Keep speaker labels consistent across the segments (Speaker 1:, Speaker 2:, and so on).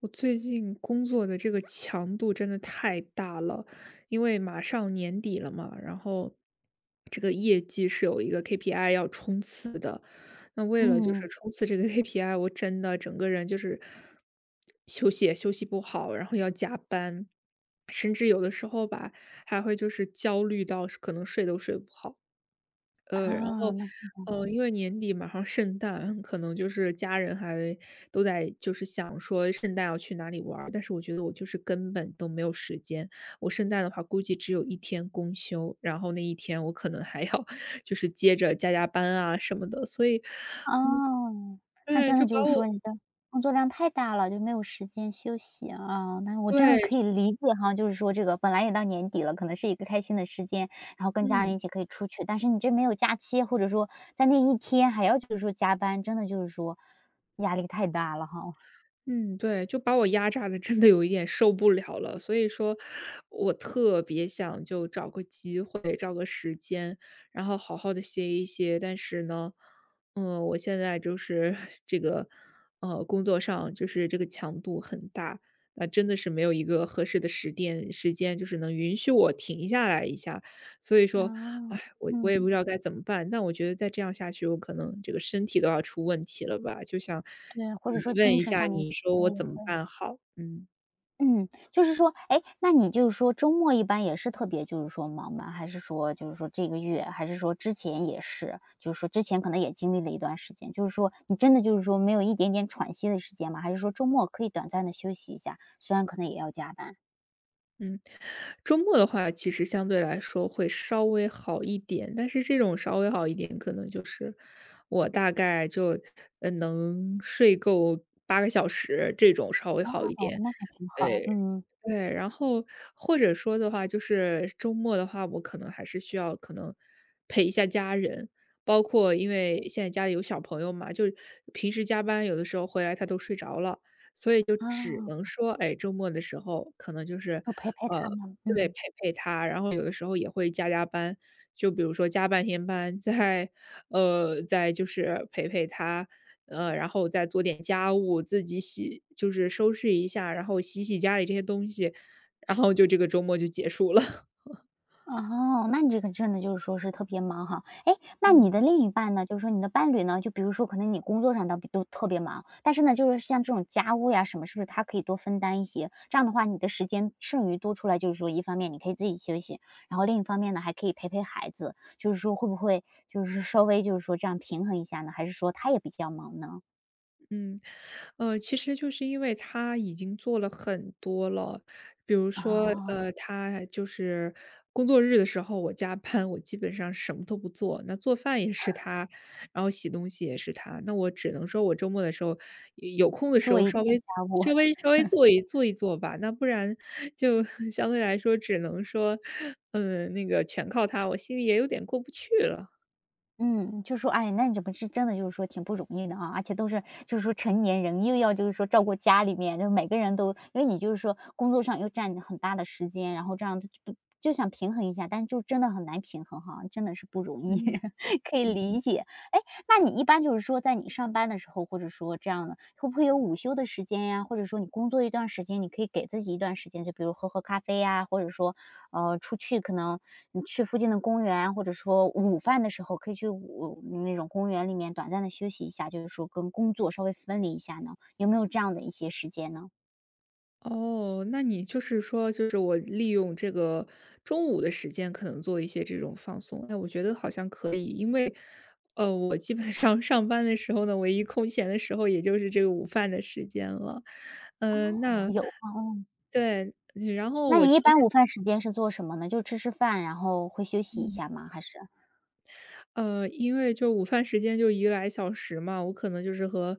Speaker 1: 我最近工作的这个强度真的太大了，因为马上年底了嘛，然后这个业绩是有一个 KPI 要冲刺的。那为了就是
Speaker 2: 嗯。
Speaker 1: 冲刺这个 KPI，我真的整个人就是休息也休息不好，然后要加班，甚至有的时候吧，还会就是焦虑到可能睡都睡不好。呃，然
Speaker 2: 啊。
Speaker 1: 后，因为年底马上圣诞，可能就是家人还都在就是想说圣诞要去哪里玩儿，但是我觉得我就是根本都没有时间。我圣诞的话，估计只有一天公休，然后那一天我可能还要就是接着加班啊什么的，所以，
Speaker 2: 哦，那
Speaker 1: 对，
Speaker 2: 真
Speaker 1: 就
Speaker 2: 的
Speaker 1: 把
Speaker 2: 就是说
Speaker 1: 我
Speaker 2: 你的工作量太大了，就没有时间休息啊。那我真的
Speaker 1: 对，
Speaker 2: 可
Speaker 1: 就
Speaker 2: 以理解哈，就是说这个本来也到年底了，可能是一个开心的时间，然后跟家
Speaker 1: 嗯。
Speaker 2: 人一起可以出去，但是你这没有假期，或者说在那一天还要就是说加班，真的就是说压力太大了哈。
Speaker 1: 嗯，对，就把我压榨的真的有一点受不了了，所以说，我特别想就找个机会，找个时间，然后好好的歇一歇。但是呢，嗯，我现在就是 这个，工作上就是这个强度很大，那真的是没有一个合适的时间，就是能允许我停下来一下。所以说，
Speaker 2: 哦。
Speaker 1: 哎，我也不
Speaker 2: 嗯。
Speaker 1: 知道该怎么办。但我觉得再这样下去，我可能这个身体都要出问题了吧？就像
Speaker 2: 对，或
Speaker 1: 嗯，
Speaker 2: 者说
Speaker 1: 问
Speaker 2: 精
Speaker 1: 一
Speaker 2: 神
Speaker 1: 下
Speaker 2: 上面
Speaker 1: 你
Speaker 2: 其
Speaker 1: 说
Speaker 2: 实
Speaker 1: 我
Speaker 2: 也
Speaker 1: 怎么
Speaker 2: 会
Speaker 1: 办好？嗯。
Speaker 2: 嗯，就是说，哎，那你就是说周末一般也是特别就是说忙吗？还是说就是说这个月，还是说之前也是？就是说之前可能也经历了一段时间，就是说你真的就是说没有一点点喘息的时间吗？还是说周末可以短暂的休息一下，虽然可能也要加班？
Speaker 1: 嗯，周末的话，其实相对来说会稍微好一点，但是这种稍微好一点，可能就是我大概就能睡够8个小时，这种稍微好一
Speaker 2: 哦，
Speaker 1: 点。
Speaker 2: 那还挺好，
Speaker 1: 对，
Speaker 2: 嗯。
Speaker 1: 对，然后或者说的话，就是周末的话，我可能还是需要可能陪一下家人，包括因为现在家里有小朋友嘛，就是平时加班有的时候回来他都睡着了，所以就只
Speaker 2: 啊，
Speaker 1: 能说，哎，周末的时候可能就是，
Speaker 2: 就陪陪
Speaker 1: 呃，
Speaker 2: 他们，
Speaker 1: 得陪
Speaker 2: 嗯。
Speaker 1: 陪他，就比如说加半天班，再就是陪陪他，然后再做点家务，自己洗就是收拾一下，然后洗洗家里这些东西，然后就这个周末就结束了。
Speaker 2: 哦，那你这个真的就是说是特别忙哈。哎，那你的 另一半呢，就是说你的伴侣呢，就比如说可能你工作上倒比都特别忙，但是呢，就是像这种家务呀什么，是不是他可以多分担一些？这样的话，你的时间剩余多出来，就是说一方面你可以自己休息，然后另一方面呢，还可以陪陪孩子，就是说会不会就是稍微就是说这样平衡一下呢？还是说他也比较忙呢？
Speaker 1: 嗯，其实就是因为他已经做了很多了，比如说，
Speaker 2: 啊，
Speaker 1: 他就是工作日的时候我加班，我基本上什么都不做，那做饭也是他，然后洗东西也是他，那我只能说我周末的时候有空的时
Speaker 2: 做
Speaker 1: 候
Speaker 2: 一
Speaker 1: 稍
Speaker 2: 点
Speaker 1: 微
Speaker 2: 家务。
Speaker 1: 稍微稍微做一做吧，那不然就 相对来说只能说，嗯，那个全靠他，我心里也有点过不去了，
Speaker 2: 嗯，就说，哎，那你这不是真的就是说挺不容易的啊，而且都是就是说成年人，又要就是说照顾家里面，就每个人都因为你就是说工作上又占很大的时间，然后这样就想平衡一下，但是就真的很难平衡哈，真的是不容易，
Speaker 1: 嗯。
Speaker 2: 可以理
Speaker 1: 嗯。
Speaker 2: 解。哎，那你一般就是说在你上班的时候，或者说这样的，会不会有午休的时间呀？或者说你工作一段时间，你可以给自己一段时间，就比如喝喝咖啡呀，或者说出去可能你去附近的公园，或者说午饭的时候可以去那种公园里面短暂的休息一下，就是说跟工作稍微分离一下呢？有没有这样的一些时间呢？
Speaker 1: 哦，那你就是说，就是我利用这个中午的时间，可能做一些这种放松。哎，我觉得好像可以，因为，我基本上 上班的时候呢，唯一空闲的时候，也就是这个午饭的时间了。嗯，
Speaker 2: 哦，
Speaker 1: 那
Speaker 2: 有啊，哦。
Speaker 1: 对，然后
Speaker 2: 那
Speaker 1: 我
Speaker 2: 你一
Speaker 1: 其
Speaker 2: 般
Speaker 1: 实
Speaker 2: 午饭时间是做什么呢？就吃吃饭，然后会休息一
Speaker 1: 嗯
Speaker 2: 下吗？还是？
Speaker 1: 因为就午饭时间就一个来小时嘛，我可能就是和，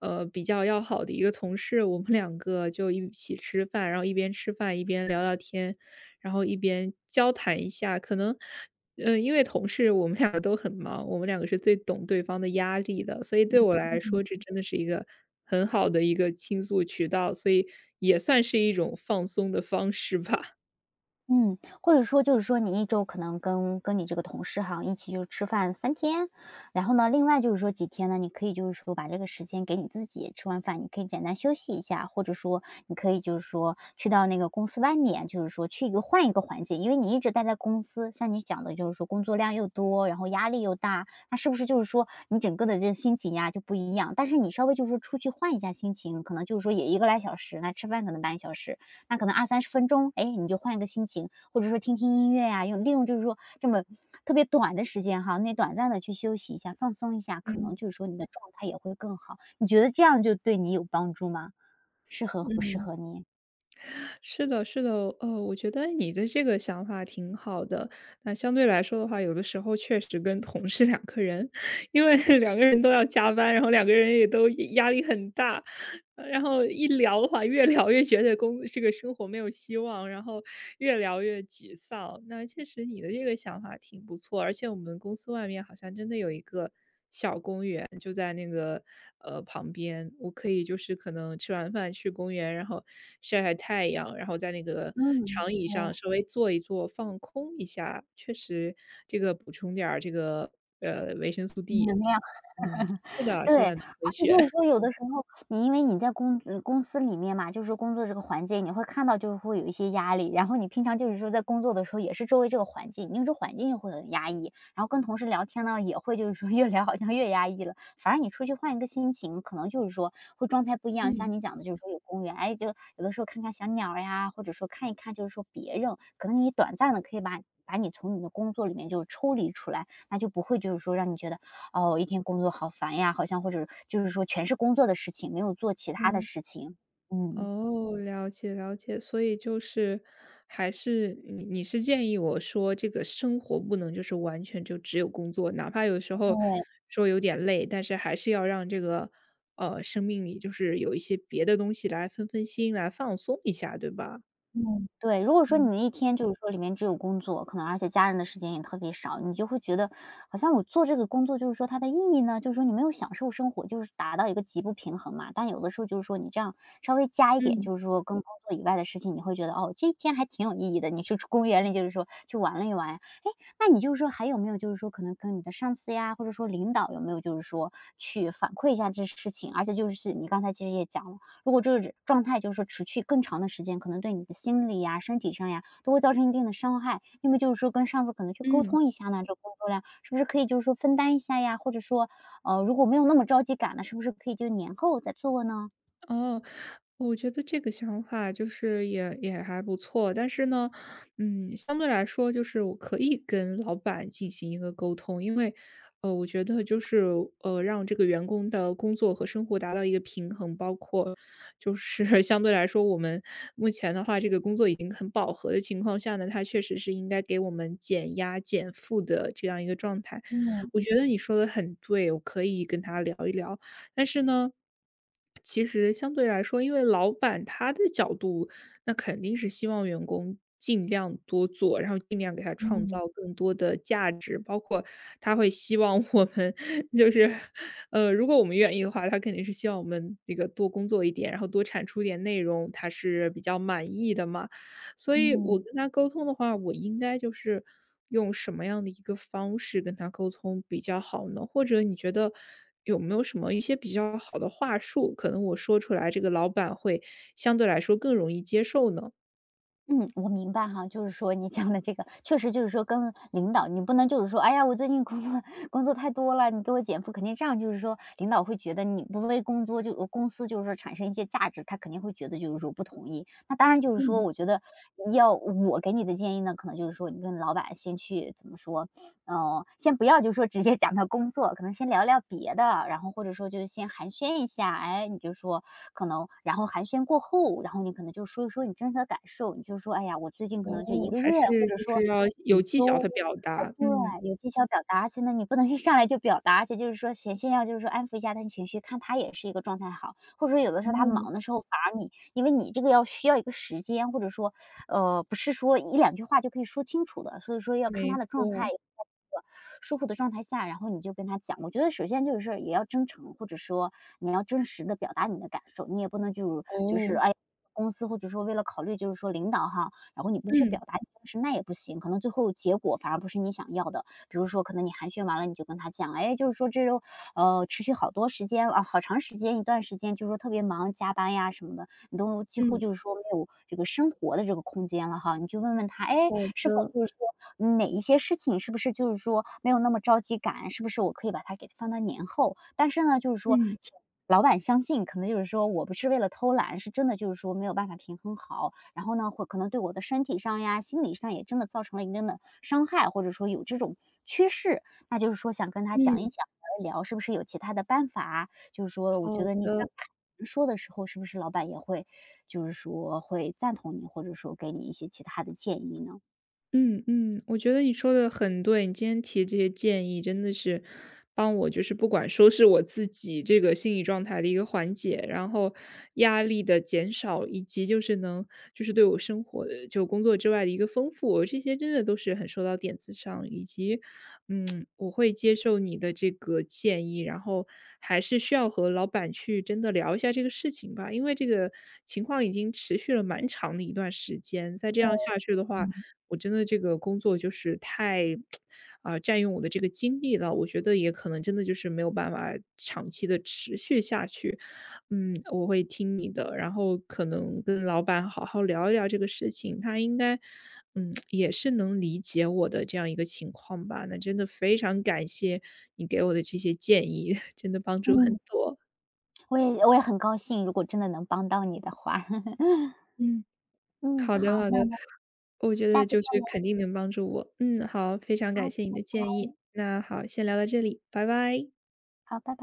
Speaker 1: 比较要好的一个同事，我们两个就一起吃饭，然后一边吃饭一边聊聊天，然后一边交谈一下。可能，嗯，因为同事我们两个都很忙，我们两个是最懂对方的压力的，所以对我来说这真的是一个很好的一个倾诉渠道，所以也算是一种放松的方式吧。
Speaker 2: 嗯，或者说就是说你一周可能跟你这个同事哈，一起就吃饭三天，然后呢，另外就是说几天呢，你可以就是说把这个时间给你自己，吃完饭你可以简单休息一下，或者说你可以就是说去到那个公司外面，就是说去一个换一个环境，因为你一直待在公司，像你讲的就是说工作量又多，然后压力又大，那是不是就是说你整个的这个心情呀就不一样？但是你稍微就是说出去换一下心情，可能就是说也一个来小时，那吃饭可能半小时，那可能二三十分钟，哎，你就换一个心情，或者说听听音乐呀，用利用就是说这么特别短的时间哈，那短暂的去休息一下，放松一下，可能
Speaker 1: 嗯
Speaker 2: 就是说你的状态也会更好。你觉得这样就对你有帮助吗？适合和不适
Speaker 1: 嗯。
Speaker 2: 合你？
Speaker 1: 是的，是的，我觉得你的这个想法挺好的。那相对来说的话，有的时候确实跟同事两个人，因为 两个人都要加班，然后两个人也都压力很大，然后一聊的话，越聊越觉得工这个生活没有希望，然后越聊越沮丧。那确实你的这个想法挺不错，而且我们公司外面好像真的有一个小公园，就在那个旁边，我可以就是可能吃完饭去公园，然后晒晒太阳，然后在那个
Speaker 2: 嗯，
Speaker 1: 长椅上
Speaker 2: 对，
Speaker 1: 稍微坐一坐，放空一下，确实这个补充点儿这个维生素 D。
Speaker 2: 能样。
Speaker 1: 嗯，是的，
Speaker 2: 对，
Speaker 1: 是的，
Speaker 2: 而
Speaker 1: 能回
Speaker 2: 且
Speaker 1: 血。
Speaker 2: 就是 说有的时候，你因为你在公司里面嘛，就是工作这个环境，你会看到就是会有一些压力，然后你平常就是说在工作的时候也是周围这个环境，因为这环境也会很压抑，然后跟同事聊天呢，也会就是说越聊好像越压抑了。反而你出去换一个心情，可能就是说会状态不一样，
Speaker 1: 嗯。
Speaker 2: 像你讲的就是说有公园，哎，就有的时候看看小鸟儿呀，或者说看一看就是说别人，可能你短暂的可以把你从你的工作里面就抽离出来，那就不会就是说让你觉得哦，一天工作好烦呀，好像或者就是说全是工作的事情，没有做其他的
Speaker 1: 嗯。
Speaker 2: 事情。嗯，
Speaker 1: 哦，了解了解，所以就是还是你是建议我说，这个生活不能就是完全就只有工作，哪怕有时候
Speaker 2: 对。
Speaker 1: 说有点累，但是还是要让这个生命里就是有一些别的东西来分分心，来放松一下，对吧？
Speaker 2: 嗯，对，如果说
Speaker 1: 嗯
Speaker 2: 你一天就是说里面只有工作，可能而且家人的时间也特别少，你就会觉得好像我做这个工作就是说它的意义呢，就是说你没有享受生活，就是达到一个极不平衡嘛。但有的时候就是说你这样稍微加一点，
Speaker 1: 嗯
Speaker 2: 就是说跟工作以外的事情，你会觉得哦，这一天还挺有意义的。你去公园里就是说去玩了一玩，哎，那你就是说还有没有就是说可能跟你的上司呀，或者说领导有没有就是说去反馈一下这事情，而且就是你刚才其实也讲了。如果这个状态就是说持续更长的时间，可能对你的心理呀、身体上呀，都会造成一定的伤害。那么就是说跟上司可能去沟
Speaker 1: 嗯。
Speaker 2: 通一下呢，这个工作量是不是可以就是说分担一下呀？或者说，如果没有那么着急赶呢，是不是可以就年后再做呢？
Speaker 1: 哦，我觉得这个想法就是也也还不错，但是呢，嗯，相对来说，就是我可以跟老板进行一个沟通，因为，我觉得就是让这个员工的工作和生活达到一个平衡，包括就是 相对来说，我们目前的话，这个工作已经很饱和的情况下呢，他确实是应该给我们减压减负的这样一个状态。
Speaker 2: 嗯
Speaker 1: 我觉得你说的很对，我可以跟他聊一聊。但是呢，其实相对来说，因为老板他的角度，那肯定是希望员工尽量多做，然后尽量给他创
Speaker 2: 嗯
Speaker 1: 造更多的价值，包括他会希望我们 就是，如果我们愿意的话，他肯定是希望我们这个多工作一点，然后多产出点内容，他是比较满意的嘛。所以我
Speaker 2: 嗯。
Speaker 1: 跟他沟通的话，我应该就是用什么样的一个方式跟他沟通比较好呢？或者你觉得有没有什么一些比较好的话术，可能我说出来，这个老板会相对来说更容易接受呢？
Speaker 2: 嗯，我明白哈，就是说你讲的这个，确实就是说跟领导，你不能就是说，哎呀，我最近工作 工作太多了，你给我减负，肯定这样就是说，领导会觉得你不为工作就公司就是说产生一些价值，他肯定会觉得就是说不同意。那当然就是说，
Speaker 1: 嗯。
Speaker 2: 我觉得要我给你的建议呢，可能就是说你跟老板先去怎么说，嗯，先不要就说直接讲到工作，可能先聊聊别的，然后或者说就是先寒暄一下，哎，你就说可能，然后寒暄过后，然后你可能就说一说你真实的感受，你就说，哎呀，我最近可
Speaker 1: 哦，
Speaker 2: 能就一个
Speaker 1: 还
Speaker 2: 月，或
Speaker 1: 是
Speaker 2: 者
Speaker 1: 就是
Speaker 2: 说
Speaker 1: 要有
Speaker 2: 几
Speaker 1: 技巧
Speaker 2: 周。
Speaker 1: 的表
Speaker 2: 哎，
Speaker 1: 达，
Speaker 2: 对，
Speaker 1: 嗯，
Speaker 2: 有技巧表达，而且呢，你不能一上来就表达，而且就是说先要就是说安抚一下他的情绪，看他也是一个状态好，或者说有的时候他
Speaker 1: 哦，
Speaker 2: 忙的时候，反而你因为你这个要需要一个时间，或者说，不是说一两句话就可以说清楚的，所以说要看
Speaker 1: 没
Speaker 2: 他的状态，
Speaker 1: 错，
Speaker 2: 在一个舒服的状态下，然后你就跟他讲。我觉得首先就是也要真诚，或者说你要真实的表达你的感受，你也不能就是
Speaker 1: 哦，
Speaker 2: 哎，公司或者说为了考虑就是说领导哈，然后你不去
Speaker 1: 嗯，
Speaker 2: 表达你当时那也不行，可能最后结果反而不是你想要的。比如说，可能你寒暄完了，你就跟他讲，哎，就是说这周持续好多时间啊，好长时间一段时间，就是说特别忙，加班呀什么的，你都几乎
Speaker 1: 嗯，
Speaker 2: 就是说没有这个生活的这个空间了哈。你就问问他，哎，
Speaker 1: 好
Speaker 2: 是否
Speaker 1: 的，
Speaker 2: 就是说哪一些事情是不是就是说没有那么着急赶，是不是我可以把它给放到年后？但是呢，就是说，
Speaker 1: 嗯，
Speaker 2: 请老板相信，可能就是说我不是为了偷懒，是真的就是说没有办法平衡好，然后呢，会可能对我的身体上呀、心理上也真的造成了一定的伤害，或者说有这种趋势。那就是说想跟他讲
Speaker 1: 嗯，
Speaker 2: 一讲、聊一聊，是不是有其他的办法？就是说，我觉
Speaker 1: 好
Speaker 2: 得你这
Speaker 1: 的。
Speaker 2: 样说的时候，是不是老板也会，就是说会赞同你，或者说给你一些其他的建议呢？
Speaker 1: 嗯嗯，我觉得你说的很对，你今天提这些建议真的是帮我，就是不管说是我自己这个心理状态的一个缓解，然后压力的减少，以及就是能就是对我生活的就工作之外的一个丰富，这些真的都是很说到点子上，以及嗯，我会接受你的这个建议，然后还是需要和老板去真的聊一下这个事情吧，因为这个情况已经持续了蛮长的一段时间，再这样下去的话。我真的这个工作就是太，啊、占用我的这个精力了。我觉得也可能真的就是没有办法长期的持续下去。嗯，我会听你的，然后可能跟老板好好聊一聊这个事情，他应该，嗯，也是能理解我的这样一个情况吧。那真的非常感谢你给我的这些建议，真的帮助很
Speaker 2: 嗯，
Speaker 1: 多。
Speaker 2: 我也很高兴，如果真的能帮到你的话。
Speaker 1: 嗯。
Speaker 2: 嗯，
Speaker 1: 好的
Speaker 2: 好，
Speaker 1: 好的，
Speaker 2: 那我们
Speaker 1: 我觉
Speaker 2: 下
Speaker 1: 得
Speaker 2: 次
Speaker 1: 就
Speaker 2: 再
Speaker 1: 是
Speaker 2: 聊。
Speaker 1: 肯定能帮助我。嗯，好，非常感谢你的建议。那好，先聊到这里，拜拜。
Speaker 2: 好，拜拜。